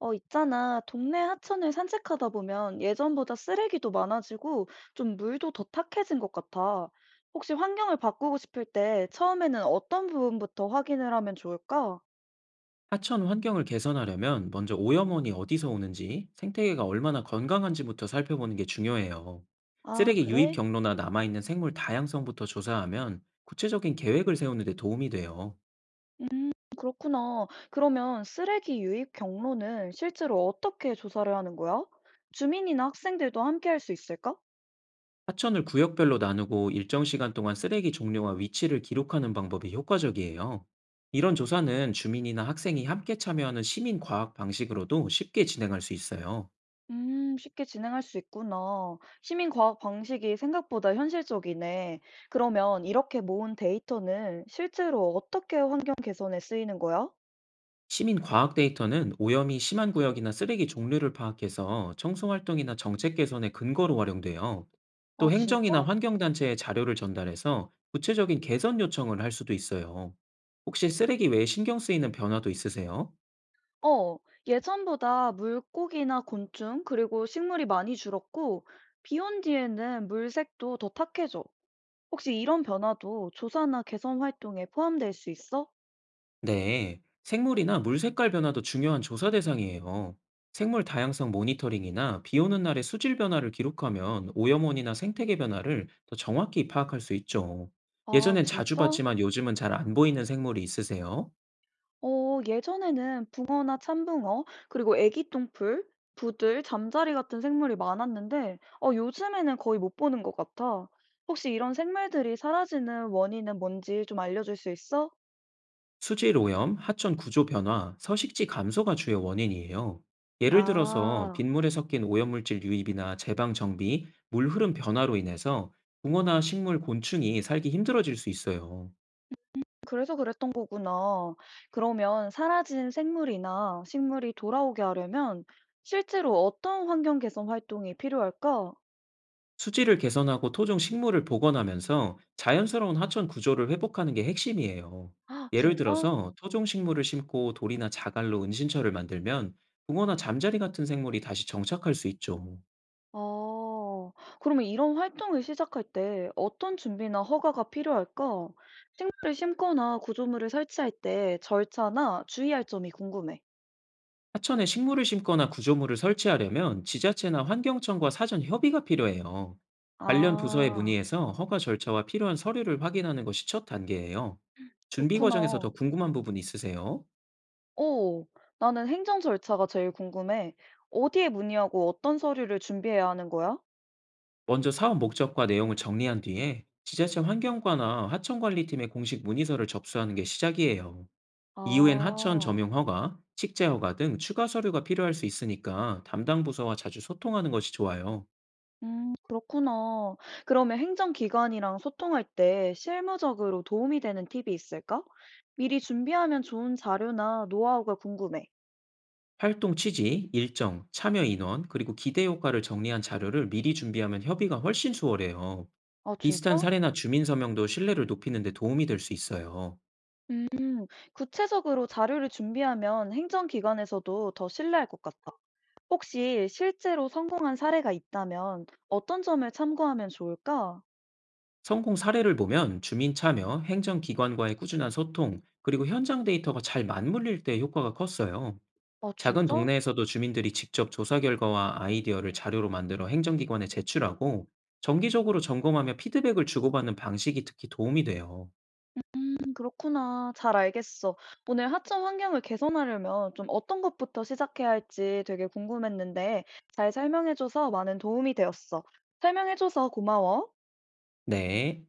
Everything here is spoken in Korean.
있잖아. 동네 하천을 산책하다 보면 예전보다 쓰레기도 많아지고 좀 물도 더 탁해진 것 같아. 혹시 환경을 바꾸고 싶을 때 처음에는 어떤 부분부터 확인을 하면 좋을까? 하천 환경을 개선하려면 먼저 오염원이 어디서 오는지, 생태계가 얼마나 건강한지부터 살펴보는 게 중요해요. 아, 쓰레기 유입 그래? 경로나 남아있는 생물 다양성부터 조사하면 구체적인 계획을 세우는 데 도움이 돼요. 음, 그렇구나. 그러면 쓰레기 유입 경로는 실제로 어떻게 조사를 하는 거야? 주민이나 학생들도 함께 할 수 있을까? 하천을 구역별로 나누고 일정 시간 동안 쓰레기 종류와 위치를 기록하는 방법이 효과적이에요. 이런 조사는 주민이나 학생이 함께 참여하는 시민 과학 방식으로도 쉽게 진행할 수 있어요. 쉽게 진행할 수 있구나. 시민 과학 방식이 생각보다 현실적이네. 그러면 이렇게 모은 데이터는 실제로 어떻게 환경 개선에 쓰이는 거야? 시민 과학 데이터는 오염이 심한 구역이나 쓰레기 종류를 파악해서 청소 활동이나 정책 개선의 근거로 활용돼요. 아, 또 진짜? 행정이나 환경단체에 자료를 전달해서 구체적인 개선 요청을 할 수도 있어요. 혹시 쓰레기 외에 신경 쓰이는 변화도 있으세요? 어, 예전보다 물고기나 곤충, 그리고 식물이 많이 줄었고, 비온 뒤에는 물색도 더 탁해져. 혹시 이런 변화도 조사나 개선 활동에 포함될 수 있어? 네, 생물이나 물 색깔 변화도 중요한 조사 대상이에요. 생물 다양성 모니터링이나 비 오는 날의 수질 변화를 기록하면 오염원이나 생태계 변화를 더 정확히 파악할 수 있죠. 아, 예전엔 자주 진짜? 봤지만 요즘은 잘 안 보이는 생물이 있으세요? 예전에는 붕어나 참붕어 그리고 애기 똥풀, 부들, 잠자리 같은 생물이 많았는데 요즘에는 거의 못 보는 것 같아. 혹시 이런 생물들이 사라지는 원인은 뭔지 좀 알려줄 수 있어? 수질 오염, 하천 구조 변화, 서식지 감소가 주요 원인이에요. 예를 들어서 아, 빗물에 섞인 오염물질 유입이나 제방 정비, 물 흐름 변화로 인해서 붕어나 식물 곤충이 살기 힘들어질 수 있어요. 그래서 그랬던 거구나. 그러면 사라진 생물이나 식물이 돌아오게 하려면 실제로 어떤 환경 개선 활동이 필요할까? 수질을 개선하고 토종 식물을 복원하면서 자연스러운 하천 구조를 회복하는 게 핵심이에요. 아, 예를 진짜? 들어서 토종 식물을 심고 돌이나 자갈로 은신처를 만들면 붕어나 잠자리 같은 생물이 다시 정착할 수 있죠. 아. 그러면 이런 활동을 시작할 때 어떤 준비나 허가가 필요할까? 식물을 심거나 구조물을 설치할 때 절차나 주의할 점이 궁금해. 하천에 식물을 심거나 구조물을 설치하려면 지자체나 환경청과 사전 협의가 필요해요. 관련 부서에 아, 문의해서 허가 절차와 필요한 서류를 확인하는 것이 첫 단계예요. 준비 과정에서 더 그렇구나. 궁금한 부분 있으세요? 오, 나는 행정 절차가 제일 궁금해. 어디에 문의하고 어떤 서류를 준비해야 하는 거야? 먼저 사업 목적과 내용을 정리한 뒤에 지자체 환경과나 하천관리팀의 공식 문의서를 접수하는 게 시작이에요. 이후엔 하천 아, 점용 허가, 식재 허가 등 추가 서류가 필요할 수 있으니까 담당 부서와 자주 소통하는 것이 좋아요. 그렇구나. 그러면 행정기관이랑 소통할 때 실무적으로 도움이 되는 팁이 있을까? 미리 준비하면 좋은 자료나 노하우가 궁금해. 활동 취지, 일정, 참여 인원, 그리고 기대 효과를 정리한 자료를 미리 준비하면 협의가 훨씬 수월해요. 아 비슷한 진짜? 사례나 주민 서명도 신뢰를 높이는 데 도움이 될 수 있어요. 음. 구체적으로 자료를 준비하면 행정기관에서도 더 신뢰할 것 같아. 혹시 실제로 성공한 사례가 있다면 어떤 점을 참고하면 좋을까? 성공 사례를 보면 주민 참여, 행정기관과의 꾸준한 소통, 그리고 현장 데이터가 잘 맞물릴 때 효과가 컸어요. 아 작은 진짜? 동네에서도 주민들이 직접 조사 결과와 아이디어를 자료로 만들어 행정기관에 제출하고 정기적으로 점검하며 피드백을 주고받는 방식이 특히 도움이 돼요. 그렇구나. 잘 알겠어. 오늘 하청 환경을 개선하려면 좀 어떤 것부터 시작해야 할지 되게 궁금했는데 잘 설명해줘서 많은 도움이 되었어. 설명해줘서 고마워. 네.